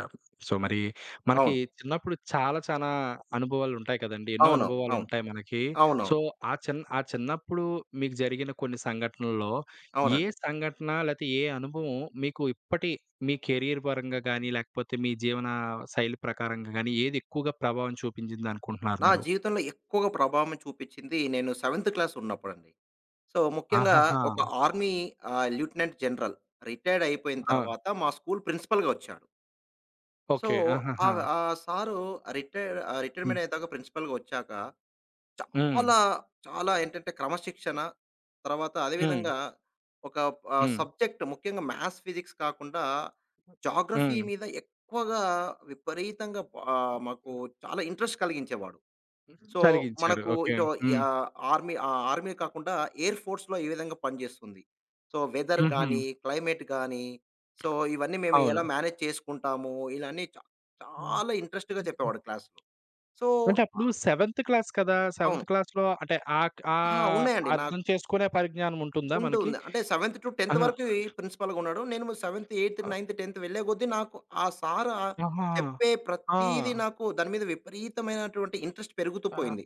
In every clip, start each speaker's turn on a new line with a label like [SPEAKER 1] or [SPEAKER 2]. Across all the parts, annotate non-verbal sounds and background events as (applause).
[SPEAKER 1] ఆ! సో, మరి మనకి
[SPEAKER 2] అవును.
[SPEAKER 1] చిన్నప్పుడు చాలా చాలా అనుభవాలుంటాయి కదండీ. ఎన్నో
[SPEAKER 2] అవును. అవును.
[SPEAKER 1] అనుభవాలుంటాయి మనకి. సో,
[SPEAKER 2] అవునవును.
[SPEAKER 1] ఆ చిన్నప్పుడు మీకు జరిగిన కొన్ని సంఘటనల్లో ఏ
[SPEAKER 2] అవునండి.
[SPEAKER 1] సంఘటన లేతే ఏ అనుభవం మీకు ఇప్పటి మీ కెరియర్ పరంగా గానీ, లేకపోతే మీ జీవన శైలి ప్రకారంగా గానీ ఏది ఎక్కువగా ప్రభావం చూపించిందనుకుంటున్నారు
[SPEAKER 2] నా
[SPEAKER 1] మీరు?
[SPEAKER 2] జీవితంలో ఎక్కువగా ప్రభావం చూపించింది నేను సెవెంత్ క్లాస్ ఉన్నప్పుడండి. సో, ముఖ్యంగా
[SPEAKER 1] ఆహాహా!
[SPEAKER 2] ఒక ఆర్మీ లెఫ్టినెంట్ జనరల్ రిటైర్డ్ అయిపోయిన
[SPEAKER 1] ఆ!
[SPEAKER 2] తర్వాత మా స్కూల్ ప్రిన్సిపల్‌గా వచ్చాడు. So,
[SPEAKER 1] okay. ఆహాహా!
[SPEAKER 2] ఆ సారు
[SPEAKER 1] హ్మ్.
[SPEAKER 2] రిటైర్మెంట్ అయ్యేదాకా ప్రిన్సిపల్‌గా వచ్చాక
[SPEAKER 1] హ్మ్.
[SPEAKER 2] చాలా, చాలా ఏంటంటే క్రమశిక్షణ, తర్వాత అదే
[SPEAKER 1] హ్మ్.
[SPEAKER 2] విధంగా ఒక
[SPEAKER 1] హ్మ్.
[SPEAKER 2] సబ్జెక్ట్ ముఖ్యంగా మ్యాథ్స్, ఫిజిక్స్ కాకుండా జాగ్రఫీ
[SPEAKER 1] హ్మ్.
[SPEAKER 2] మీద ఎక్కువగా విపరీతంగా మాకు చాలా ఇంట్రెస్ట్ కలిగించేవాడు. సో,
[SPEAKER 1] కలిగించారు.
[SPEAKER 2] మనకు
[SPEAKER 1] ఓకే.
[SPEAKER 2] ఇటు
[SPEAKER 1] హ్మ్.
[SPEAKER 2] ఆహ్, ఆర్మీ కాకుండా ఎయిర్ ఫోర్స్‌లో ఏ విధంగా పనిచేస్తుంది. సో, వెదర్
[SPEAKER 1] హుహు.
[SPEAKER 2] గాని, క్లైమేట్ గాని, సో, ఇవన్నీ మేము
[SPEAKER 1] అవును.
[SPEAKER 2] ఎలా మేనేజ్ చేసుకుంటాము. ఇలా అన్నీ
[SPEAKER 1] హ్మ్.
[SPEAKER 2] చాలా ఇంట్రెస్ట్‌గా చెప్పేవాడు క్లాస్‌లో. సో,
[SPEAKER 1] అంటే
[SPEAKER 2] ఆ,
[SPEAKER 1] అప్పుడు సెవెంత్ క్లాస్ కదా!
[SPEAKER 2] అవును.
[SPEAKER 1] సెవెంత్ క్లాస్‌లో అంటే ఆక్
[SPEAKER 2] ఆ!
[SPEAKER 1] ఆహ్,
[SPEAKER 2] ఉన్నాయండి. నాకు
[SPEAKER 1] అర్థం చేసుకునే పరిజ్ఞానం ఉంటుందా మనకి?
[SPEAKER 2] ఉంటుంది. అంటే 7థ్-10థ్
[SPEAKER 1] అహా!
[SPEAKER 2] వరకు ఈ ప్రిన్సిపల్‌గా ఉన్నాడు. నేను 7థ్, 8థ్,
[SPEAKER 1] ఆహ్,
[SPEAKER 2] 9థ్, 10థ్ వెళ్ళే కొద్దీ నాకు ఆ సార్
[SPEAKER 1] ఆహా!
[SPEAKER 2] చెప్పే
[SPEAKER 1] ఆ!
[SPEAKER 2] ప్రతీదీ నాకు దాని మీద విపరీతమైనటువంటి ఇంట్రెస్ట్ పెరుగుతూ
[SPEAKER 1] ఆ!
[SPEAKER 2] పోయింది.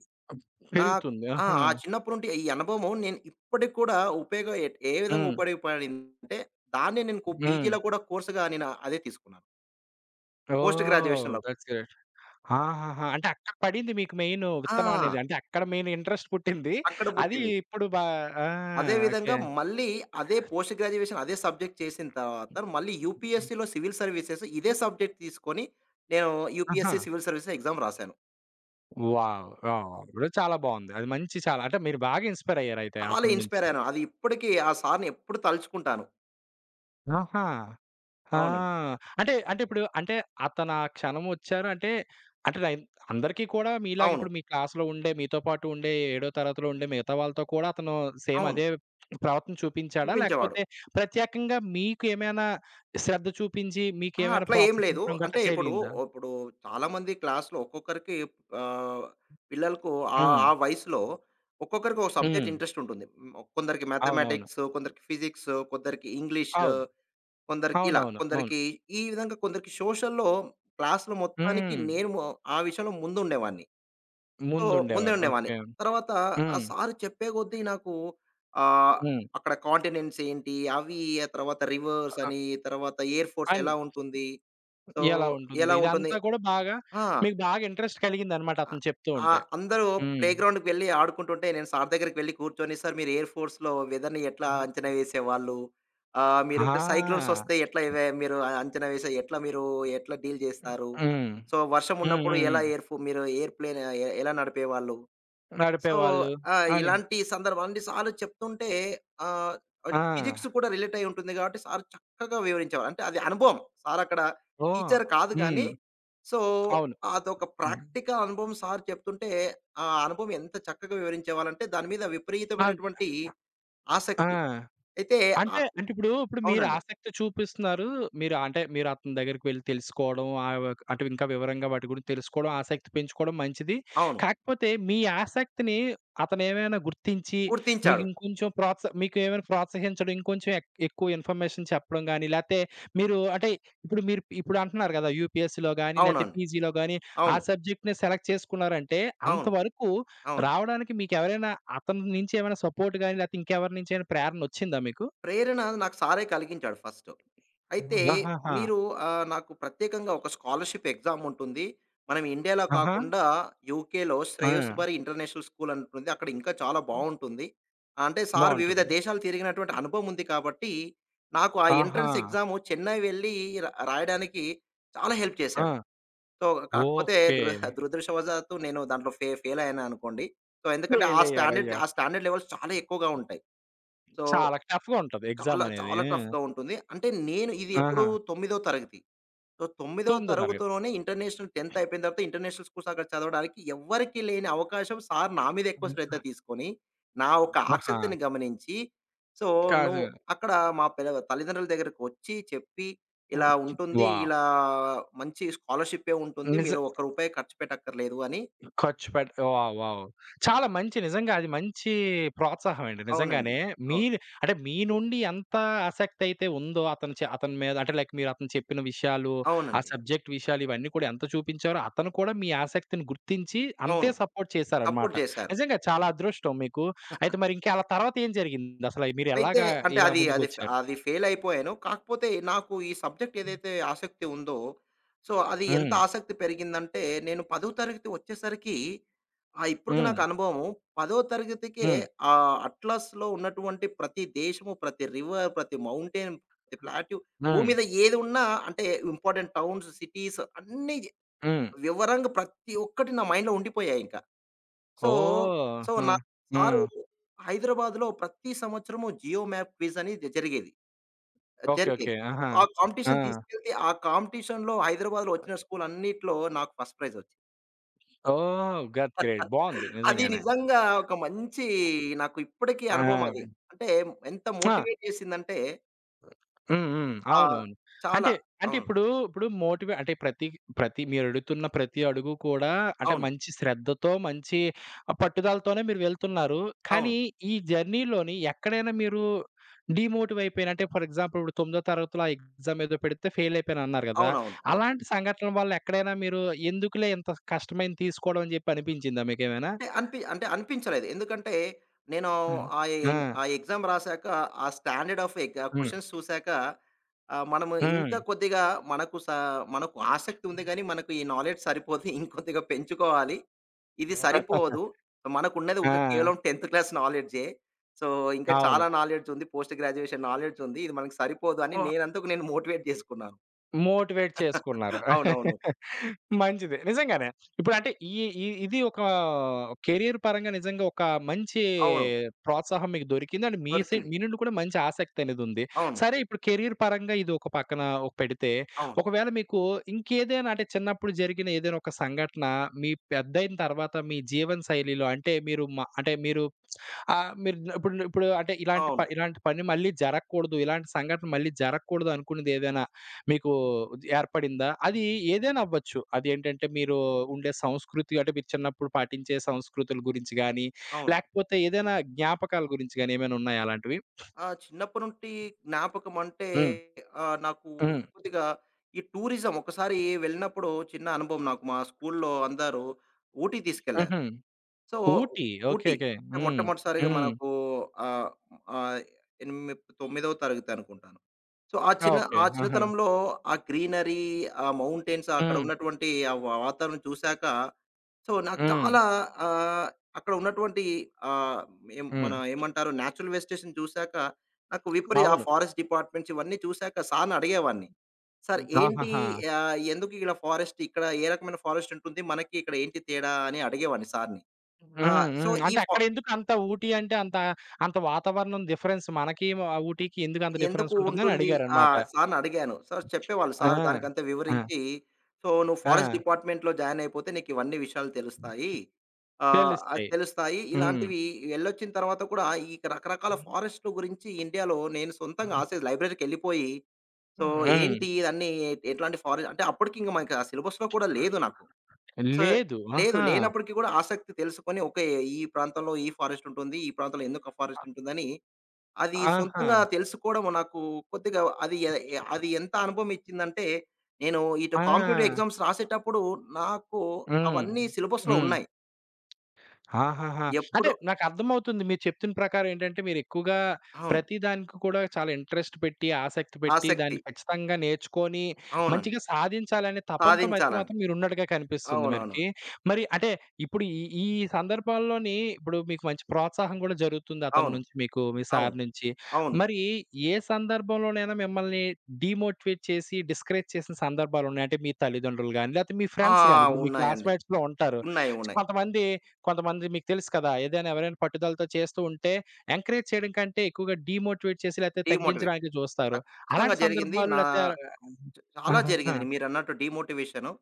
[SPEAKER 2] నా
[SPEAKER 1] పెరుగుతుంది.
[SPEAKER 2] ఆ!
[SPEAKER 1] ఆహా!
[SPEAKER 2] ఆ చిన్నప్పటి నుండి ఈ అనుభవం నేను ఇప్పటికి కూడా ఉపయోగ ఎ ఏ విధంగా
[SPEAKER 1] హ్మ్.
[SPEAKER 2] ఉపయోగపడిందంటే దాన్నే నేను
[SPEAKER 1] హ్మ్.
[SPEAKER 2] పీజీలో కూడా కోర్స్‌గా నేను అదే తీసుకున్నాను. పోస్ట్
[SPEAKER 1] ఓహ్!
[SPEAKER 2] గ్రాడ్యుయేషన్‌లో.
[SPEAKER 1] That's great. ఆహాహా! అంటే అక్కడ పడింది మీకు మెయిన్
[SPEAKER 2] ఆ!
[SPEAKER 1] విత్తనం అనేది. అంటే అక్కడ మెయిన్ ఇంట్రెస్ట్ పుట్టింది.
[SPEAKER 2] అక్కడ
[SPEAKER 1] అది
[SPEAKER 2] పుట్టింది.
[SPEAKER 1] ఇప్పుడు బా ఆ!
[SPEAKER 2] అదే విధంగా
[SPEAKER 1] ఓకే.
[SPEAKER 2] మళ్ళీ అదే పోస్ట్ గ్రాడ్యుయేషన్ అదే సబ్జెక్ట్ చేసిన తర్వాత మళ్ళీ యూపీఎస్సీలో సివిల్ సర్వీసెస్ ఇదే సబ్జెక్ట్ తీసుకొని నేను
[SPEAKER 1] ఆహా!
[SPEAKER 2] యూపీఎస్సీ సివిల్ సర్వీసెస్ ఎగ్జామ్ రాశాను.
[SPEAKER 1] వావ్! వావ్! ఇప్పుడు చాలా బావుంది. అది మంచి చాలా అంటే మీరు బాగా ఇన్‌స్పైర్ అయ్యారయితే
[SPEAKER 2] చాలా
[SPEAKER 1] అతని నుంచి.
[SPEAKER 2] ఇన్‌స్పైర్ అయ్యాను. అది ఇప్పటికి ఆ సార్‌ని ఎప్పుడు తలుచుకుంటాను.
[SPEAKER 1] ఆహా! ఆ!
[SPEAKER 2] అవునండి.
[SPEAKER 1] అంటే ఇప్పుడు అంటే అతనా క్షణమొచ్చారు అంటే, అంటే నైన్ అందరికీ కూడా మీలాగా
[SPEAKER 2] అవును.
[SPEAKER 1] ఇప్పుడు మీ క్లాస్‌లో ఉండే మీతో పాటు ఉండే ఏడో తరగతిలో ఉండే మిగతా వాళ్ళతో కూడా అతను సేమ్
[SPEAKER 2] అవును.
[SPEAKER 1] అదే ప్రవర్తన చూపించాడా?
[SPEAKER 2] చూపించేవాడు.
[SPEAKER 1] లేకపోతే ప్రత్యేకంగా మీకేమైనా శ్రద్ధ చూపించి
[SPEAKER 2] అహా!
[SPEAKER 1] మీకేమైనా
[SPEAKER 2] అట్లా ఏం లేదు.
[SPEAKER 1] ప్రోత్సహించడం గట్టా
[SPEAKER 2] అంటే ఇప్పుడు,
[SPEAKER 1] జరిగిందా?
[SPEAKER 2] ఇప్పుడు చాలామంది క్లాస్‌లో ఒక్కొక్కరికి ఆహ్, పిల్లలకు ఆ
[SPEAKER 1] హ్మ్.
[SPEAKER 2] ఆ వయసులో ఒక్కొక్కరికి ఒక సబ్జెక్ట్
[SPEAKER 1] హ్మ్.
[SPEAKER 2] ఇంట్రెస్ట్ ఉంటుంది. హ్మ్. కొందరికి
[SPEAKER 1] అవునవును.
[SPEAKER 2] మ్యాథమెటిక్స్, కొందరికి ఫిజిక్స్, కొందరికి ఇంగ్లీష్,
[SPEAKER 1] అవును.
[SPEAKER 2] కొందరికి ఇలా,
[SPEAKER 1] అవునవును. అవును.
[SPEAKER 2] కొందరికి ఈ విధంగా కొందరికి సోషల్‌లో క్లాస్‌లో మొత్తానికి
[SPEAKER 1] హ్మ్.
[SPEAKER 2] నేను మొ ఆ విషయంలో ముందుండేవాడిని. సో, ముందే
[SPEAKER 1] ముందుండేవారు.
[SPEAKER 2] ఉండేవాడిని.
[SPEAKER 1] ఓకే.
[SPEAKER 2] తర్వాత ఆ
[SPEAKER 1] హ్మ్.
[SPEAKER 2] సారు చెప్పే కొద్దీ నాకు ఆహ్,
[SPEAKER 1] హ్మ్.
[SPEAKER 2] అక్కడ కాంటినెంట్స్ ఏంటి? అవి ఆ తర్వాత రివర్స్
[SPEAKER 1] అ
[SPEAKER 2] అని, తర్వాత ఎయిర్ ఫోర్స్
[SPEAKER 1] అన్
[SPEAKER 2] ఎలా ఉంటుంది? సో,
[SPEAKER 1] ఎలా ఉంటుంది?
[SPEAKER 2] ఎలా ఉంటుంది?
[SPEAKER 1] ఇదంతా కూడా బాగా
[SPEAKER 2] ఆ!
[SPEAKER 1] మీకు బాగా ఇంట్రెస్ట్ కలిగిందనమాట
[SPEAKER 2] ఆ!
[SPEAKER 1] అతను చెప్తూ ఉంటే.
[SPEAKER 2] అందరూ
[SPEAKER 1] హ్మ్.
[SPEAKER 2] ప్లేగ్రౌండ్‌కి వెళ్లి ఆడుకుంటుంటే, నేను సార్ దగ్గరికి వెళ్లి కూర్చొని, "సార్, మీరు ఎయిర్ ఫోర్స్‌లో వెదర్‌ని ఎట్లా అంచనా వేసేవాళ్ళు? మీరు
[SPEAKER 1] ఆ!
[SPEAKER 2] సైక్లోన్స్ వస్తే ఎట్లా ఇవే మీరు అంచనా వేసే ఎట్లా మీరు ఎట్లా డీల్ చేస్తారు?
[SPEAKER 1] హ్మ్.
[SPEAKER 2] సో, వర్షం
[SPEAKER 1] హ్మ్. హ్మ్.
[SPEAKER 2] ఉన్నప్పుడు ఎలా
[SPEAKER 1] హ్మ్.
[SPEAKER 2] ఎయిర్ ఫో మీరు ఎయిర్‌ప్లేన్ ఎలా నడిపేవాళ్ళు?" సో,
[SPEAKER 1] నడిపేవాళ్ళు అని.
[SPEAKER 2] ఇలాంటి సందర్భం అన్ని సార్లు చెప్తుంటే ఆహ్,
[SPEAKER 1] ఆ!
[SPEAKER 2] అటు ఫిజిక్స్ కూడా రిలేట్ అయ్యి ఉంటుంది కాబట్టి సార్ చక్కగా వివరించేవారు. అంటే అది అనుభవం. సార్ అక్కడ
[SPEAKER 1] ఓహ్!
[SPEAKER 2] టీచర్ కాదు కానీ,
[SPEAKER 1] హ్మ్.
[SPEAKER 2] సో,
[SPEAKER 1] అవును.
[SPEAKER 2] అదొక
[SPEAKER 1] ఉమ్.
[SPEAKER 2] ప్రాక్టికల్ అనుభవం సార్ చెప్తుంటే, ఆ అనుభవం ఎంత చక్కగా వివరించేవాళ్ళంటే దాని మీద
[SPEAKER 1] అవును.
[SPEAKER 2] విపరీతమైనటువంటి
[SPEAKER 1] ఆ!
[SPEAKER 2] ఆసక్తి. అయితే
[SPEAKER 1] అంటే,
[SPEAKER 2] ఆహ్,
[SPEAKER 1] అంటే ఇప్పుడు, ఇప్పుడు మీరు
[SPEAKER 2] అవునండి.
[SPEAKER 1] ఆసక్తి చూపిస్తున్నారు. మీరు అంటే, మీరు అతని దగ్గరికి వెళ్లి తెలుసుకోవడం, వ అంటే ఇంకా వివరంగా వాటి గురించి తెలుసుకోవడం, ఆసక్తి పెంచుకోవడం మంచిది.
[SPEAKER 2] అవును.
[SPEAKER 1] కాకపోతే మీ ఆసక్తిని అతనేమైనా గుర్తించి, మీకు
[SPEAKER 2] గుర్తించాడు.
[SPEAKER 1] ఇంకొంచెం ప్రోత్సా మీకు ఏమైనా ప్రోత్సహించడం, ఇంకొంచెం ఎక్ ఎక్కువ ఇన్ఫర్మేషన్ చెప్పడం గాని, లేతే మీరు అంటే ఇప్పుడు మీరు ఇప్పుడు అంటున్నారు కదా! యూపీఎస్సీలో గాని, లేతే
[SPEAKER 2] అవునండి.
[SPEAKER 1] పీజీలో గాని ఆ
[SPEAKER 2] అవును.
[SPEAKER 1] సబ్జెక్ట్‌ని సెలెక్ట్ చేసుకున్నారంటే,
[SPEAKER 2] అవును.
[SPEAKER 1] అంతవరకు
[SPEAKER 2] అవును.
[SPEAKER 1] రావడానికి మీకెవరైనా అతని నుంచి ఏమైనా సపోర్ట్ గాని, లేతే ఇంకెవరి నుంచైనా ప్రేరణ వచ్చిందా మీకు?
[SPEAKER 2] ప్రేరణ నాకు సారే కలిగించాడు ఫస్ట్. అయితే
[SPEAKER 1] ఆహాహా!
[SPEAKER 2] మీరు నాకు ప్రత్యేకంగా ఒక స్కాలర్‌షిప్ ఎగ్జామ్ ఉంటుంది. మనం ఇండియాలో
[SPEAKER 1] ఆహా!
[SPEAKER 2] కాకుండా యూకేలో
[SPEAKER 1] ఆ!
[SPEAKER 2] శ్రేయస్‌బరి ఇంటర్నేషనల్ స్కూల్ అని ఉంటుంది. అక్కడ ఇంకా చాలా బావుంటుంది. అంటే సార్ వివిధ
[SPEAKER 1] బావుంటుంది.
[SPEAKER 2] దేశాలు తిరిగినటువంటి అనుభవం ఉంది కాబట్టి, నాకు ఆ
[SPEAKER 1] ఆహా!
[SPEAKER 2] ఎంట్రన్స్ ఎగ్జాము చెన్నై వెళ్లి రాయడానికి చాలా హెల్ప్
[SPEAKER 1] ఆ!
[SPEAKER 2] చేశాడు. సో, కాకపోతే
[SPEAKER 1] ఓకే.
[SPEAKER 2] దురదృష్టవశాత్తు నేను దాంట్లో ఫెయిల్ అయ్యాననుకోండి. సో, ఎందుకంటే ఆ స్టాండర్డ్
[SPEAKER 1] ఫెయిలయ్యారయ్యో!
[SPEAKER 2] ఆ స్టాండర్డ్ లెవెల్స్ చాలా ఎక్కువగా ఉంటాయి. సో
[SPEAKER 1] చాలా టఫ్‌గా ఉంటది
[SPEAKER 2] చాలా,
[SPEAKER 1] ఎగ్జామనేది.
[SPEAKER 2] చాలా
[SPEAKER 1] హ్మ్.
[SPEAKER 2] టఫ్‌గా ఉంటుంది. అంటే నేను ఇది ఎప్పుడు
[SPEAKER 1] ఆహా!
[SPEAKER 2] తొమ్మిదో తరగతి. సో, తొమ్మిదో
[SPEAKER 1] తొమ్మిదో తరగతి.
[SPEAKER 2] తరగతిలోనే ఇంటర్నేషనల్ 10థ్ అయిపోయిన తర్వాత ఇంటర్నేషనల్ స్కూల్స్ అక్కడ చదవడానికి ఎవ్వరికీ లేని అవకాశం సార్ నా మీద ఎక్కువ శ్రద్ధ తీసుకొని, నా ఒక
[SPEAKER 1] ఆహా!
[SPEAKER 2] ఆసక్తిని గమనించి, సో, నువ్వు
[SPEAKER 1] కాదు.
[SPEAKER 2] అక్కడ మా పిల్ల తల్లిదండ్రుల దగ్గరకొచ్చి చెప్పి, ఇలా
[SPEAKER 1] ఓకే.
[SPEAKER 2] ఉంటుంది.
[SPEAKER 1] వావ్!
[SPEAKER 2] ఇలా మంచి స్కాలర్‌షిప్పే ఉంటుంది.
[SPEAKER 1] నిజ
[SPEAKER 2] మీరు ఒక్క రూపాయి ఖర్చు పెట్టక్కర్లేదు అని.
[SPEAKER 1] ఖర్చు పెట్ వావ్! వావ్! చాలా మంచి నిజంగా అది మంచి ప్రోత్సాహం అండి.
[SPEAKER 2] అవునండి.
[SPEAKER 1] నిజంగానే మీ
[SPEAKER 2] అవును.
[SPEAKER 1] అంటే మీ నుండి ఎంత ఆసక్తి అయితే ఉందో అతను చే అతని మీద అంటే లైక్ మీరు అతను చెప్పిన విషయాలు, ఆ
[SPEAKER 2] అవునండి.
[SPEAKER 1] సబ్జెక్ట్ విషయాలు ఇవన్నీ కూడా ఎంత చూపించారో అతను కూడా మీ ఆసక్తిని గుర్తించి అంతే
[SPEAKER 2] అవును.
[SPEAKER 1] సపోర్ట్ చేశారనమాట.
[SPEAKER 2] సపోర్ట్ చేశారు.
[SPEAKER 1] నిజంగా చాలా అదృష్టం మీకు. అయితే మరి ఇంకా అలా తర్వాత ఏం జరిగింది? అసలు మీరు
[SPEAKER 2] అయితే
[SPEAKER 1] ఎలాగా
[SPEAKER 2] అంటే
[SPEAKER 1] ఇలా
[SPEAKER 2] అది అది ఫ్
[SPEAKER 1] ముందుకొచ్చారు?
[SPEAKER 2] అది ఫెయిల్ అయిపోయాను. కాకపోతే నాకు ఈ సబ్జెక్ట్ ఏదైతే ఆసక్తి ఉందో, సో, అది ఎంత
[SPEAKER 1] హ్మ్.
[SPEAKER 2] ఆసక్తి పెరిగిందంటే నేను 10వ తరగతి వచ్చేసరికి ఇప్పటికి
[SPEAKER 1] హ్మ్.
[SPEAKER 2] నాకు అనుభవము 10వ తరగతికే
[SPEAKER 1] హ్మ్.
[SPEAKER 2] ఆ అట్లాస్‌లో ఉన్నటువంటి ప్రతి దేశము, ప్రతి రివర్, ప్రతి మౌంటైన్, ప్రతి ప్లాట్యూ, భూమి
[SPEAKER 1] హ్మ్.
[SPEAKER 2] మీద ఏది ఉన్నా అంటే ఇంపార్టెంట్ టౌన్స్, సిటీస్ అన్నీ
[SPEAKER 1] హ్మ్.
[SPEAKER 2] వివరంగా ప్రతి ఒక్కటి నా మైండ్‌లో ఉండిపోయాయింక. సో,
[SPEAKER 1] ఓహ్!
[SPEAKER 2] సో,
[SPEAKER 1] ఆ!
[SPEAKER 2] నా
[SPEAKER 1] ఆ!
[SPEAKER 2] సారు హైదరాబాద్‌లో ప్రతి సంవత్సరము జియో మ్యాప్ క్విజ్ అని జరిగేది.
[SPEAKER 1] ఓకే.
[SPEAKER 2] జరిగేది.
[SPEAKER 1] ఓకే. ఆహా!
[SPEAKER 2] ఆ
[SPEAKER 1] ఆ!
[SPEAKER 2] కాంపిటీషన్ తీసుకెళ్తే, ఆ కాంపిటీషన్‌లో హైదరాబాద్‌లో వచ్చిన స్కూల్ అన్నిట్లో నాకు ఫస్ట్ ప్రైజ్ వచ్చింది.
[SPEAKER 1] ఓహ్! That's great.
[SPEAKER 2] (laughs)
[SPEAKER 1] బావుంది
[SPEAKER 2] అది
[SPEAKER 1] నిజంగానే.
[SPEAKER 2] నిజంగా ఒక మంచి, నాకు ఇప్పటికీ అనుభవం అది.
[SPEAKER 1] ఆ!
[SPEAKER 2] అంటే ఎంత
[SPEAKER 1] ఆ!
[SPEAKER 2] మోటివేట్ చేసిందంటే
[SPEAKER 1] హ్మ్. హ్మ్.
[SPEAKER 2] ఆహ్,
[SPEAKER 1] అవునవును.
[SPEAKER 2] చాలా.
[SPEAKER 1] అంటే, అంటే
[SPEAKER 2] అవును.
[SPEAKER 1] ఇప్పుడు, ఇప్పుడు మోటివే అంటే ప్రతి, ప్రతి మీరడుగుతున్న ప్రతి అడుగు కూడా అంటే
[SPEAKER 2] అవును.
[SPEAKER 1] మంచి శ్రద్ధతో, మంచి పట్టుదలతోనే మీరు వెళ్తున్నారు.
[SPEAKER 2] అవును.
[SPEAKER 1] కానీ ఈ జర్నీలోని ఎక్కడైనా మీరు డీమోటివ్ అయిపోయిన అంటే ఫర్ ఎగ్జాంపుల్ ఇప్పుడు 9థ్ తరగతిలో ఆ ఎగ్జామ్ ఏదో పెడితే ఫెయిల్ అయిపోయానన్నారు గదా!
[SPEAKER 2] అవునవును. అవును. అవును
[SPEAKER 1] అలాంటి సంఘటనల వల్ల ఎక్కడైనా మీరు ఎందుకులే ఇంత కష్టమైంది తీసుకోవడం అని జెప్పి అనిపించిందా మీకేమైనా?
[SPEAKER 2] అంటే అనిపించలేదు. ఎందుకంటే, నేను
[SPEAKER 1] ఆ!
[SPEAKER 2] ఆ
[SPEAKER 1] ఆ!
[SPEAKER 2] ఆ ఎగ్జామ్ రాసాక, ఆ స్టాండర్డ్ ఆఫ్
[SPEAKER 1] హ్మ్.
[SPEAKER 2] క్వెషన్స్ చూసాక, మనము
[SPEAKER 1] హ్మ్.
[SPEAKER 2] ఇంకా కొద్దిగా మనకు స మనకు ఆసక్తి ఉంది గానీ, మనకు ఈ నాలెడ్జ్ సరిపోదు. (laughs) ఇంకొద్దిగా పెంచుకోవాలి. ఇది సరిపోదు. మనకున్నది ఒక
[SPEAKER 1] ఆ!
[SPEAKER 2] కేవలం 10థ్ క్లాస్ నాలెడ్జే. సో, ఇంకా
[SPEAKER 1] అవును.
[SPEAKER 2] చాలా నాలెడ్జ్ ఉంది. పోస్ట్ గ్రాడ్యుయేషన్ నాలెడ్జ్ ఉంది. ఇది మనకు సరిపోదు అని
[SPEAKER 1] ఓ!
[SPEAKER 2] నేనంతకు నేను మోటివేట్ చేసుకున్నాను.
[SPEAKER 1] మోటివేట్ చేసుకున్నారు.
[SPEAKER 2] (laughs) అవునవును.
[SPEAKER 1] (laughs) మంచిది. నిజంగానే. ఇప్పుడంటే ఈ ఈ ఇది ఒక కెరియర్ పరంగా నిజంగా ఒక మంచి
[SPEAKER 2] అవును.
[SPEAKER 1] ప్రోత్సాహం మీకు దొరికింది. అండ్ మీ సైడ్
[SPEAKER 2] దొరికింది.
[SPEAKER 1] మీ నుండి కూడా మంచి ఆసక్తి అనేదుంది.
[SPEAKER 2] అవును.
[SPEAKER 1] సరే ఇప్పుడు కెరియర్ పరంగా ఇది ఒక పక్కన ఒక పెడితే,
[SPEAKER 2] అవును.
[SPEAKER 1] ఒకవేళ మీకు ఇంకేదైనా అంటే చిన్నప్పుడు జరిగిన ఏదైనా ఒక సంఘటన మీ పెద్దయిన తర్వాత మీ జీవన శైలిలో అంటే మీరు మ అంటే మీరు మీరు ఇప్పుడు ఇప్పుడు అంటే ఇలాంటి ప
[SPEAKER 2] అవును.
[SPEAKER 1] ఇలాంటి పని మళ్ళీ జరగకూడదు. ఇలాంటి సంఘటన మళ్ళీ జరగకూడదు అనుకున్నదేదైనా మీకు ఏర్పడిందా? అది ఏదైనా అవ్వచ్చు. అదేంటంటే మీరు ఉండే సంస్కృతి అంటే మీరు చిన్నప్పుడు పాటించే సంస్కృతుల గురించి గాని,
[SPEAKER 2] అవును.
[SPEAKER 1] లేకపోతే ఏదైనా జ్ఞాపకాల గురించి గాని ఏమైనా ఉన్నాయా అలాంటివి?
[SPEAKER 2] ఆ! చిన్నప్పటి నుండి జ్ఞాపకం అంటే
[SPEAKER 1] హ్మ్.
[SPEAKER 2] నాకు ఈ
[SPEAKER 1] హ్మ్.
[SPEAKER 2] కొద్దిగా ఈ టూరిజం ఒకసారి వెళ్ళినప్పుడు చిన్న అనుభవం నాకు. మా స్కూల్‌లో అందరూ ఊటీ తీసుకెళ్లారు.
[SPEAKER 1] హుహు.
[SPEAKER 2] So,
[SPEAKER 1] Ooty. Okay.
[SPEAKER 2] Ooty
[SPEAKER 1] okay.
[SPEAKER 2] అంటే
[SPEAKER 1] హ్మ్.
[SPEAKER 2] మొట్టమొదటిసారిగా
[SPEAKER 1] హ్మ్.
[SPEAKER 2] మనకు ఆహ్, ఆహ్, ఎనిమి 9వ తరగతి అనుకుంటాను. సో, ఆ చిన్న
[SPEAKER 1] ఓకే.
[SPEAKER 2] ఆ
[SPEAKER 1] ఆహా!
[SPEAKER 2] చిన్నతనంలో ఆ గ్రీనరీ, ఆ మౌంటైన్స్ అక్కడ
[SPEAKER 1] హ్మ్.
[SPEAKER 2] ఉన్నటువంటి ఆ వాతావరణం చూసాక సో, నాకు
[SPEAKER 1] హ్మ్.
[SPEAKER 2] చాలా ఆహ్, అక్కడ ఉన్నటువంటి ఆహ్, ఏం
[SPEAKER 1] హ్మ్.
[SPEAKER 2] మన ఏమంటారు నేచురల్ వెజిటేషన్ చూసాక నాకు ఆ
[SPEAKER 1] అవును.
[SPEAKER 2] ఫారెస్ట్ డిపార్ట్మెంట్స్ ఇవన్నీ చూసాక సార్‌ని అడిగేవాడిని. సార్ ఏంటి
[SPEAKER 1] ఆహాహా!
[SPEAKER 2] ఎందుకు ఇలా ఫారెస్ట్ ఇక్కడ ఏ రకమైన ఫారెస్ట్ ఉంటుంది? మనకి ఇక్కడ ఏంటి తేడా అని అడిగేవాడిని సార్‌ని. ఆ!
[SPEAKER 1] హ్మ్.
[SPEAKER 2] సో,
[SPEAKER 1] హ్మ్.
[SPEAKER 2] ఈ
[SPEAKER 1] అంటే
[SPEAKER 2] ఫా
[SPEAKER 1] అక్కడ ఎందుకు అంత ఊటీ అంటే అంత, అంత వాతావరణం డిఫరెన్స్ మనకి మ ఊటీకి ఎందుకు అంత
[SPEAKER 2] ఎందుకు
[SPEAKER 1] డిఫరెన్స్ ఉంటుందని
[SPEAKER 2] ఉంటుంది? ఆ!
[SPEAKER 1] అడిగారనమాట.
[SPEAKER 2] సార్‌ని అడిగాను. సార్ చెప్పేవాళ్ళు.
[SPEAKER 1] ఆ!
[SPEAKER 2] సార్ దానికంతా
[SPEAKER 1] ఆ!
[SPEAKER 2] వివరించి, "సో, నువ్వు
[SPEAKER 1] ఆ!
[SPEAKER 2] ఫారెస్ట్ డిపార్ట్‌మెంట్‌లో జాయిన్ అయిపోతే నీకు ఇవన్నీ విషయాలు తెలుస్తాయి. అది
[SPEAKER 1] తెలుస్తాయి.
[SPEAKER 2] తెలుస్తాయి.
[SPEAKER 1] హ్మ్.
[SPEAKER 2] ఇలాంటివి ఎళ్ళొచ్చిన తర్వాత కూడా ఈ రకరకాల ఫారెస్ట్‌ల గురించి ఇండియాలో నేను సొంతంగా ఆసే లైబ్రరీకెళ్ళిపోయి, సో,
[SPEAKER 1] హ్మ్.
[SPEAKER 2] ఏంటి ఇదన్నీ ఎట్లాంటి ఫారెస్ట్" అంటే అప్పటికి ఇంక మనకి ఆ సిలబస్‌లో కూడా లేదు నాకు. సో,
[SPEAKER 1] లేదు.
[SPEAKER 2] లేదు.
[SPEAKER 1] ఆహా!
[SPEAKER 2] లేనప్పటికి కూడా ఆసక్తి తెలుసుకొని, ఓకే. ఈ ప్రాంతంలో ఈ ఫారెస్ట్ ఉంటుంది. ఈ ప్రాంతంలో ఎందుకు ఆ ఫారెస్ట్ ఉంటుందని అది
[SPEAKER 1] ఆహా!
[SPEAKER 2] సొంతంగా తెలుసుకోవడం నాకు కొద్దిగా అది ఎ ఎ అది ఎంత అనుభవం ఇచ్చిందంటే, నేను ఇటు కాంపిటీటివ్
[SPEAKER 1] ఆ!
[SPEAKER 2] ఎగ్జామ్స్ రాసేటప్పుడు నాకు
[SPEAKER 1] హ్మ్.
[SPEAKER 2] అవన్నీ సిలబస్‌లో
[SPEAKER 1] హ్మ్.
[SPEAKER 2] ఉన్నాయి.
[SPEAKER 1] ఆహాహా! అంటే
[SPEAKER 2] ఎప్పుడు
[SPEAKER 1] నాకర్థమవుతుంది. మీరు చెప్తున్న ప్రకారం ఏంటంటే, మీరెక్కువగా
[SPEAKER 2] అవును.
[SPEAKER 1] ప్రతి దానికి కూడా చాలా ఇంట్రెస్ట్ పెట్టి, ఆసక్తి పెట్టి,
[SPEAKER 2] ఆసక్తి.
[SPEAKER 1] దాన్ని ఖచ్చితంగా నేర్చుకొని,
[SPEAKER 2] అవునండి.
[SPEAKER 1] మంచిగా సాధించాలనే తపనతో అయితే
[SPEAKER 2] సాధించాలండి.
[SPEAKER 1] మాత్రం మీరున్నట్టుగా కనిపిస్తుంది మనకి.
[SPEAKER 2] అవునవునండి.
[SPEAKER 1] మరి అంటే ఇప్పుడు ఈ ఈ సందర్భాల్లోని ఇప్పుడు మీకు మంచి ప్రోత్సాహం కూడా జరుగుతుంది అతని
[SPEAKER 2] అవును.
[SPEAKER 1] నుంచి మీకు, మీ
[SPEAKER 2] అవును.
[SPEAKER 1] సార్ నుంచి.
[SPEAKER 2] అవును.
[SPEAKER 1] మరి ఏ సందర్భంలోనైనా మిమ్మల్ని డీమోటివేట్ చేసి, డిస్కరేజ్ చేసిన సందర్భాలున్నాయా? అంటే మీ తల్లిదండ్రులు గాని, లేతే మీ
[SPEAKER 2] ఆ!
[SPEAKER 1] ఫ్రెండ్స్ గాని, ఇప్పుడు మీ
[SPEAKER 2] ఉన్నాయండి.
[SPEAKER 1] క్లాస్‌మేట్స్‌లో ఉంటారు.
[SPEAKER 2] ఉన్నాయి.
[SPEAKER 1] కొంతమంది కొంతమంది మీకు తెలుసు కదా! ఏదైనా ఎవరైనా పట్టుదలతో చేస్తూ ఉంటే, ఎంకరేజ్ చేయడం కంటే ఎక్కువగా డీమోటివేట్ చేసి లేతే
[SPEAKER 2] డీమోటివేట్
[SPEAKER 1] తగ్గించడానికి జూస్తారు.
[SPEAKER 2] ఖచ్చితంగా
[SPEAKER 1] అలాంటి
[SPEAKER 2] జరిగింది.
[SPEAKER 1] సందర్భాలు
[SPEAKER 2] నా
[SPEAKER 1] లేతే
[SPEAKER 2] చాలా
[SPEAKER 1] ఆహాహా!
[SPEAKER 2] జరిగింది. మీరన్నట్టు డీమోటివేషను.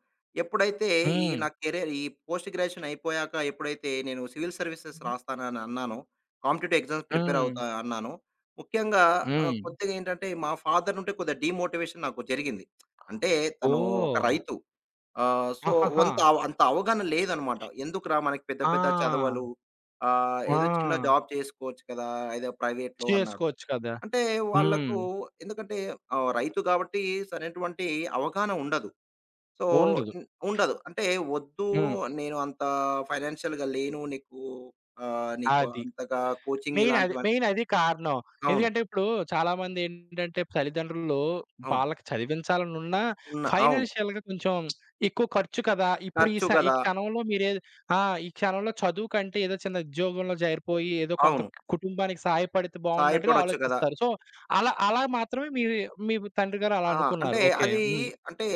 [SPEAKER 2] ఎప్పుడైతే ఈ
[SPEAKER 1] హ్మ్.
[SPEAKER 2] నా కెరీర్ ఈ పోస్ట్ గ్రాడ్యుయేషన్ అయిపోయాక ఎప్పుడైతే నేను సివిల్ సర్వీసెస్ రాస్తానని అన్నానో, కాంపిటీటివ్ ఎగ్జామ్స్ ప్రిపేర్
[SPEAKER 1] హ్మ్.
[SPEAKER 2] అవుతా అన్నానో, ముఖ్యంగా
[SPEAKER 1] హ్మ్.
[SPEAKER 2] కొద్దిగా ఏంటంటే మా ఫాదర్ నుండి కొద్దిగా డీమోటివేషన్ నాకు జరిగింది. అంటే తను ఒక
[SPEAKER 1] ఓహ్!
[SPEAKER 2] రైతు. సో,
[SPEAKER 1] ఆహాహా!
[SPEAKER 2] వంత అంత అవగాహన లేదనమాట. ఎందుకురా మనకి పెద్ద పెద్ద
[SPEAKER 1] ఆ!
[SPEAKER 2] చదవలు,
[SPEAKER 1] ఆ!
[SPEAKER 2] ఏదో చిన్న జాబ్ చేసుకోవచ్చు కదా! ఏదో ప్రైవేట్‌లో అన్నాడు.
[SPEAKER 1] చేసుకోవచ్చు కదా!
[SPEAKER 2] అంటే
[SPEAKER 1] హ్మ్.
[SPEAKER 2] వాళ్ళకు ఎందుకంటే రైతు కాబట్టి సరైనటువంటి అవగాహన ఉండదు. సో,
[SPEAKER 1] ఉండదు.
[SPEAKER 2] హ్మ్, ఉండదు. అంటే వద్దు,
[SPEAKER 1] హ్మ్.
[SPEAKER 2] నేను అంత ఫైనాన్షియల్‌గా లేను. నీకు నీకు
[SPEAKER 1] అది.
[SPEAKER 2] అంతగా కోచింగ్
[SPEAKER 1] మెయిన్ అది.
[SPEAKER 2] ఇలాంటివన్
[SPEAKER 1] మెయిన్ అది కారణం.
[SPEAKER 2] అవును.
[SPEAKER 1] ఎందుకంటే ఇప్పుడు చాలామందేంటంటే తల్లిదండ్రులు
[SPEAKER 2] అవును.
[SPEAKER 1] వాళ్ళకి చదివించాలనున్నా
[SPEAKER 2] ఉన్న అవును.
[SPEAKER 1] ఫైనాన్షియల్‌గా కొంచెం ఎక్కువ ఖర్చు కదా! ఇప్పుడు ఈ
[SPEAKER 2] ఖర్చు
[SPEAKER 1] స ఈ
[SPEAKER 2] గదా!
[SPEAKER 1] క్షణంలో మీరే ఆ! ఈ క్షణంలో చదువు కంటే ఏదో చిన్న ఉద్యోగంలో చేరిపోయి ఏదో కొంత
[SPEAKER 2] అవును.
[SPEAKER 1] కుటుంబానికి సహాయపడితే బావున్నట్టుగా
[SPEAKER 2] సహాయపడొచ్చు గదా!
[SPEAKER 1] ఆలోచిస్తారు. సో, అలా అలా మాత్రమే మీ మీ తండ్రి గారు అలా
[SPEAKER 2] ఆ! అంటే
[SPEAKER 1] అనుకున్నారు. ఓకే.
[SPEAKER 2] అది
[SPEAKER 1] హ్మ్.
[SPEAKER 2] అంటే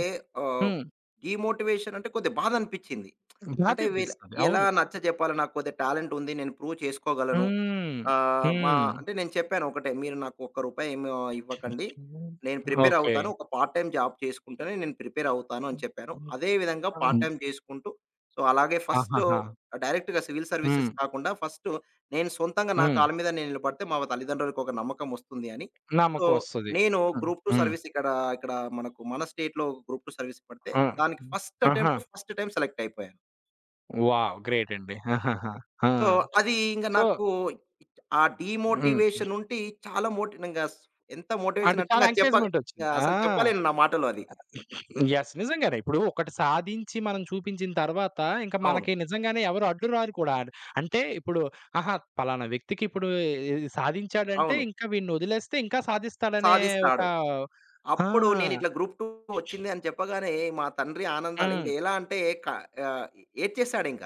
[SPEAKER 2] ఆహ్,
[SPEAKER 1] హ్మ్.
[SPEAKER 2] డీమోటివేషన్ అంటే కొద్దిగా బాధ అనిపిచ్చింది.
[SPEAKER 1] బాధ
[SPEAKER 2] అంటే వీళ్ళ
[SPEAKER 1] అనిపిస్తది.
[SPEAKER 2] ఎలా
[SPEAKER 1] అవును.
[SPEAKER 2] నచ్చజెప్పాలి. నాకు కొద్దిగా టాలెంట్ ఉంది. నేను ప్రూవ్ చేసుకోగలను.
[SPEAKER 1] హ్మ్.
[SPEAKER 2] ఆహ్, మా
[SPEAKER 1] హ్మ్.
[SPEAKER 2] అంటే నేను చెప్పాను ఒకటే, మీరు నాకు ఒక్క రూపాయి ఏమి ఇవ్వకండి. నేను ప్రిపేర్
[SPEAKER 1] ఓకే.
[SPEAKER 2] అవుతాను. ఒక పార్ట్ టైమ్ జాబ్ చేసుకుంటేనే నేను ప్రిపేర్ అవుతాను అని చెప్పాను. అదే విధంగా పార్ట్ టైమ్ చేసుకుంటూ, సో, అలాగే
[SPEAKER 1] ఆహాహా!
[SPEAKER 2] డైరెక్ట్‌గా సివిల్ సర్వీసెస్
[SPEAKER 1] హ్మ్.
[SPEAKER 2] కాకుండా ఫస్టు నేను సొంతంగా నా
[SPEAKER 1] హ్మ్.
[SPEAKER 2] కాళ్ళ మీద నేను నిలబడితే మా తల్లిదండ్రులకి ఒక నమ్మకం వస్తుంది అని. సో
[SPEAKER 1] నమ్మకం వస్తది.
[SPEAKER 2] నేను
[SPEAKER 1] హ్మ్.
[SPEAKER 2] గ్రూప్ 2
[SPEAKER 1] హ్మ్.
[SPEAKER 2] సర్వీస్ ఇక్కడ, ఇక్కడ మనకు మన స్టేట్‌లో గ్రూప్ 2 సర్వీస్ పడితే,
[SPEAKER 1] ఆ!
[SPEAKER 2] దానికి ఫస్ట్
[SPEAKER 1] ఆహా!
[SPEAKER 2] అటెంప్ట్ ఫస్ట్ టైమ్ సెలెక్ట్ అయిపోయాను.
[SPEAKER 1] వావ్! గ్రేట్ అండి. ఆహాహా! ఆ!
[SPEAKER 2] సో, అది ఇంక
[SPEAKER 1] సో
[SPEAKER 2] నాకు ఆ
[SPEAKER 1] హ్మ్.
[SPEAKER 2] డీమోటివేషన్ చాలా మోటి ఇంగ ఎంత మోటివేషన్
[SPEAKER 1] అంటే
[SPEAKER 2] అంటే
[SPEAKER 1] చాలా ఎంకరేజ్‌మెంట్
[SPEAKER 2] ఇంగ
[SPEAKER 1] వచ్చింది. ఆ!
[SPEAKER 2] అసలు చెప్పలేను నా మాటలో అది.
[SPEAKER 1] యెస్. నిజంగానే. ఇప్పుడు ఒకటి సాధించి మనం చూపించిన తర్వాత ఇంక
[SPEAKER 2] అవును.
[SPEAKER 1] మనకి నిజంగానే ఎవరు అడ్డు రారు కూడా. అంటే ఇప్పుడు ఆహా! పలానా వ్యక్తికి ఇప్పుడు ఇది సాధించాడంటే
[SPEAKER 2] అవును.
[SPEAKER 1] ఇంకా వీడిని వదిలేస్తే ఇంకా సాధిస్తాడనే ఒక
[SPEAKER 2] సాధిస్తాడు.
[SPEAKER 1] ఆ!
[SPEAKER 2] అప్పుడు నేను ఇట్లా గ్రూప్ 2 వచ్చింది అని చెప్పగానే మా తండ్రి ఆనందాలు ఇంక
[SPEAKER 1] హ్మ్.
[SPEAKER 2] ఎలా అంటే క ఆహ్, ఏడ్చేసాడింక.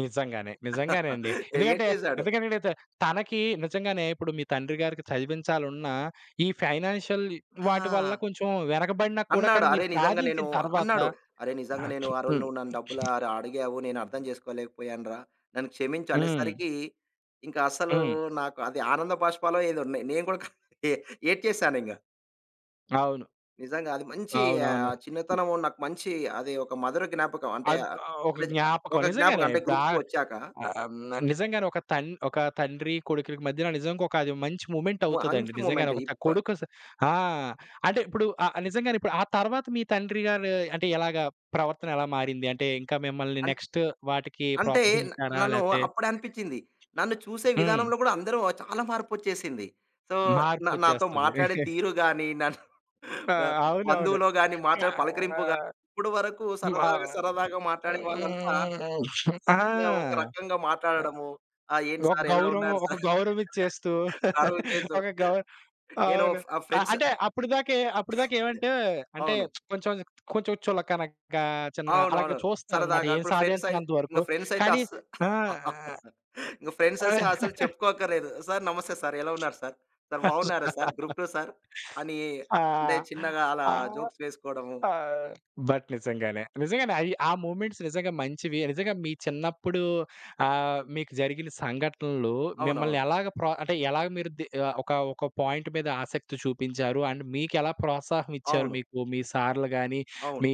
[SPEAKER 1] నిజంగానే. నిజంగానే అండి.
[SPEAKER 2] ఏడ్చేసాడు. ఆ!
[SPEAKER 1] ఎందుకంటే,
[SPEAKER 2] ఏడ్చేశాడు
[SPEAKER 1] ఎందుకంటే
[SPEAKER 2] ఇంకా
[SPEAKER 1] నేనైతే తనకి నిజంగానే ఇప్పుడు మీ తండ్రి గారికి చదివించాలన్న ఈ ఫైనాన్షియల్
[SPEAKER 2] (laughs)
[SPEAKER 1] వాటి వల్ల
[SPEAKER 2] ఏడ్చేశాడు.
[SPEAKER 1] కొంచెం వెనకబడినా కూడా
[SPEAKER 2] అన్నాడు.
[SPEAKER 1] కానీ మీరు సాధించిన తర్వాత
[SPEAKER 2] అన్నాడు. "అరే! నిజంగా నేను
[SPEAKER 1] అచ్చు
[SPEAKER 2] ఆ రోజు
[SPEAKER 1] హ్మ్.
[SPEAKER 2] నువ్వు నన్ను డబ్బులు అడిగావు. నేను అర్థం చేసుకోలేకపోయానురా. నన్ను క్షమించు"
[SPEAKER 1] హ్మ్.
[SPEAKER 2] అనేసరికి ఇంకా అసలు
[SPEAKER 1] హ్మ్.
[SPEAKER 2] నాకు అది ఆనంద బాష్పాలో ఏదో నేను కూడా ఏ ఏడ్చేసానింగ.
[SPEAKER 1] అవును.
[SPEAKER 2] నిజంగా అది మంచి
[SPEAKER 1] అవునవును.
[SPEAKER 2] చిన్నతనం నాకు మంచి, అది ఒక మధుర జ్ఞాపకం. అంటే,
[SPEAKER 1] అద్ ఒక
[SPEAKER 2] అంటే
[SPEAKER 1] జ్ఞాపకం.
[SPEAKER 2] ఒక జ్ఞాపకం
[SPEAKER 1] నిజంగానే
[SPEAKER 2] అంటే
[SPEAKER 1] ఇప్పుడు
[SPEAKER 2] గ్రూప్
[SPEAKER 1] ఆ
[SPEAKER 2] 2 వచ్చాక
[SPEAKER 1] హ్మ్. నిజంగానే ఒక తన్ ఒక తండ్రి, కొడుకులకి మధ్యన నిజంగా ఒక అది మంచి మూమెంట్ అవుతదండి.
[SPEAKER 2] మంచి
[SPEAKER 1] నిజంగానే
[SPEAKER 2] మూమెంట్.
[SPEAKER 1] ఒక త
[SPEAKER 2] ఇప్ప
[SPEAKER 1] కొడుకు స ఆ! అంటే ఇప్పుడు నిజంగానే ఇప్పుడు ఆ తర్వాత మీ తండ్రి గారు అంటే ఎలాగా ప్రవర్తన ఎలా మారింది? అంటే ఇంకా మిమ్మల్ని నెక్స్ట్ వాటికి
[SPEAKER 2] అంటే న
[SPEAKER 1] ప్రోత్సహించారా?
[SPEAKER 2] నన్ను
[SPEAKER 1] లేతే
[SPEAKER 2] అప్పుడే అనిపించింది. నన్ను చూసే
[SPEAKER 1] హ్మ్.
[SPEAKER 2] విధానంలో కూడా అందరూ చాలా మార్పొచ్చేసింది. సో, నాతో
[SPEAKER 1] మార్పొచ్చేస్తది.
[SPEAKER 2] మాట్లాడే తీరు గాని, నన్ను
[SPEAKER 1] ఆ!
[SPEAKER 2] బ
[SPEAKER 1] అవునవును.
[SPEAKER 2] బంధువులో గాని
[SPEAKER 1] కా
[SPEAKER 2] మాట్లాడే పలకరింపు గాని, ఇప్పుడు వరకు సరదాగా,
[SPEAKER 1] ఆ!
[SPEAKER 2] సరదాగా మాట్లాడే వాళ్ళంతా ఒక
[SPEAKER 1] ఆ!
[SPEAKER 2] రకంగా మాట్లాడడము. "ఏంటి
[SPEAKER 1] ఒక
[SPEAKER 2] సార్ ఎలా
[SPEAKER 1] గౌరవం
[SPEAKER 2] ఉన్నారు
[SPEAKER 1] ఒక
[SPEAKER 2] సార్?"
[SPEAKER 1] గౌరవం
[SPEAKER 2] (laughs)
[SPEAKER 1] ఇచ్చేస్తూ
[SPEAKER 2] కరువు
[SPEAKER 1] (laughs)
[SPEAKER 2] చేసు
[SPEAKER 1] ఒక గౌ
[SPEAKER 2] నేను
[SPEAKER 1] అవును. అ
[SPEAKER 2] ఫ్రెండ్స్
[SPEAKER 1] అంటే అప్పటిదాకే అప్పటిదాకా ఏమంటే అంటే
[SPEAKER 2] అవును.
[SPEAKER 1] కొంచెం కొంచెం చులకనగా చిన్న అలాగే
[SPEAKER 2] అవునవును.
[SPEAKER 1] చూస్తారనమాట.
[SPEAKER 2] సరదాగా
[SPEAKER 1] ఏం
[SPEAKER 2] ఇప్పుడు
[SPEAKER 1] సాధించనంత వరకు.
[SPEAKER 2] ఫ్రెండ్స్ అయితే
[SPEAKER 1] కానీ
[SPEAKER 2] అస్స
[SPEAKER 1] ఆ!
[SPEAKER 2] ఇంక (laughs) ఫ్రెండ్స్ అస్తే అసలు చెప్పుకోక్కర్లేదు. సార్ నమస్తే సార్. ఎలా ఉన్నారు సార్? సార్ బాగున్నారా సార్? గ్రూప్ 2 సార్ అని
[SPEAKER 1] ఆ!
[SPEAKER 2] అంటే చిన్నగా అలా
[SPEAKER 1] ఆ!
[SPEAKER 2] జోక్స్ వేసుకోవడము.
[SPEAKER 1] ఆ! బట్ నిజంగానే. నిజంగానే అయి ఆ మూమెంట్స్ నిజంగా మంచివి. నిజంగా మీ చిన్నప్పుడు మీకు జరిగిన సంఘటనలు మిమ్మల్ని
[SPEAKER 2] అవునవును.
[SPEAKER 1] ఎలాగ ప్రో అంటే ఎలాగ మీరు ది ఒక ఒక పాయింట్ మీద ఆసక్తి చూపించారు? అండ్ మీకెలా ప్రోత్సాహం ఇచ్చారు
[SPEAKER 2] అవును.
[SPEAKER 1] మీకు మీ సార్లు గాని,
[SPEAKER 2] అవును.
[SPEAKER 1] మీ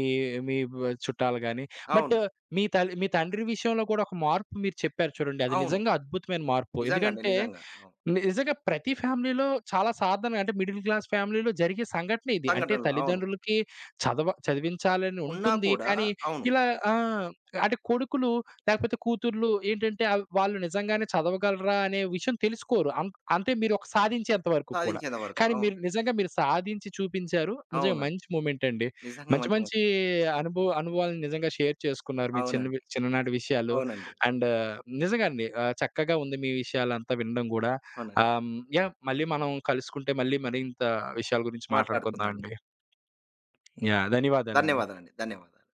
[SPEAKER 1] మీ వ చుట్టాలు గాని? బట్
[SPEAKER 2] అవును.
[SPEAKER 1] మీ తల్ మీ తండ్రి విషయంలో కూడా ఒక మార్పు మీరు చెప్పారు చూడండి. అది
[SPEAKER 2] అవును.
[SPEAKER 1] నిజంగా అద్భుతమైన మార్పు.
[SPEAKER 2] నిజంగా అండి.
[SPEAKER 1] ఎందుకంటే
[SPEAKER 2] నిజంగా. అవును.
[SPEAKER 1] నిజంగా ప్రతి ఫ్యామిలీలో చాలా సాధారణంగా అంటే మిడిల్ క్లాస్ ఫ్యామిలీలో జరిగే సంఘటన ఇది. అంటే
[SPEAKER 2] సంఘటనలు. అవును.
[SPEAKER 1] తల్లిదండ్రులకి చదవ చదివించాలని
[SPEAKER 2] ఉన్నా
[SPEAKER 1] ఉంటుంది.
[SPEAKER 2] కూడా
[SPEAKER 1] కానీ
[SPEAKER 2] అవును.
[SPEAKER 1] ఇలా ఆ! అంటే కొడుకులు లేకపోతే కూతుర్లు ఏంటంటే వాళ్ళు నిజంగానే చదవగలరా అనే విషయం తెలుసుకోరు. అం అంటే మీరు ఒక సాధించేంత వరకు కూడా.
[SPEAKER 2] సాధించేంత వరకు.
[SPEAKER 1] కానీ
[SPEAKER 2] అవును.
[SPEAKER 1] మీరు నిజంగా మీరు సాధించి చూపించారు. నిజంగా
[SPEAKER 2] అవునండి.
[SPEAKER 1] మంచి మూమెంట్ అండి.
[SPEAKER 2] నిజంగా
[SPEAKER 1] మంచి
[SPEAKER 2] మంచి మాట.
[SPEAKER 1] మంచి అనుభవ అనుభవాలను నిజంగా షేర్ చేసుకున్నారు. మీ చిన్నవి
[SPEAKER 2] అవునండి.
[SPEAKER 1] చిన్ననాటి విషయాలు.
[SPEAKER 2] అవునండి.
[SPEAKER 1] అండ్ నిజంగా అండి చక్కగా ఉంది మీ విషయాలంతా వినడం గూడా.
[SPEAKER 2] అవునండి.
[SPEAKER 1] హ్మ్. యాహ్! మళ్ళీ మనం కలుసుకుంటే మళ్ళీ మరింత విషయాల గురించి మాట్లాడుకుందాం
[SPEAKER 2] మాట్లాడుకుందామండి.
[SPEAKER 1] అండి. యాహ్! ధన్యవాదాలండి.
[SPEAKER 2] ధన్యవాదాలండి.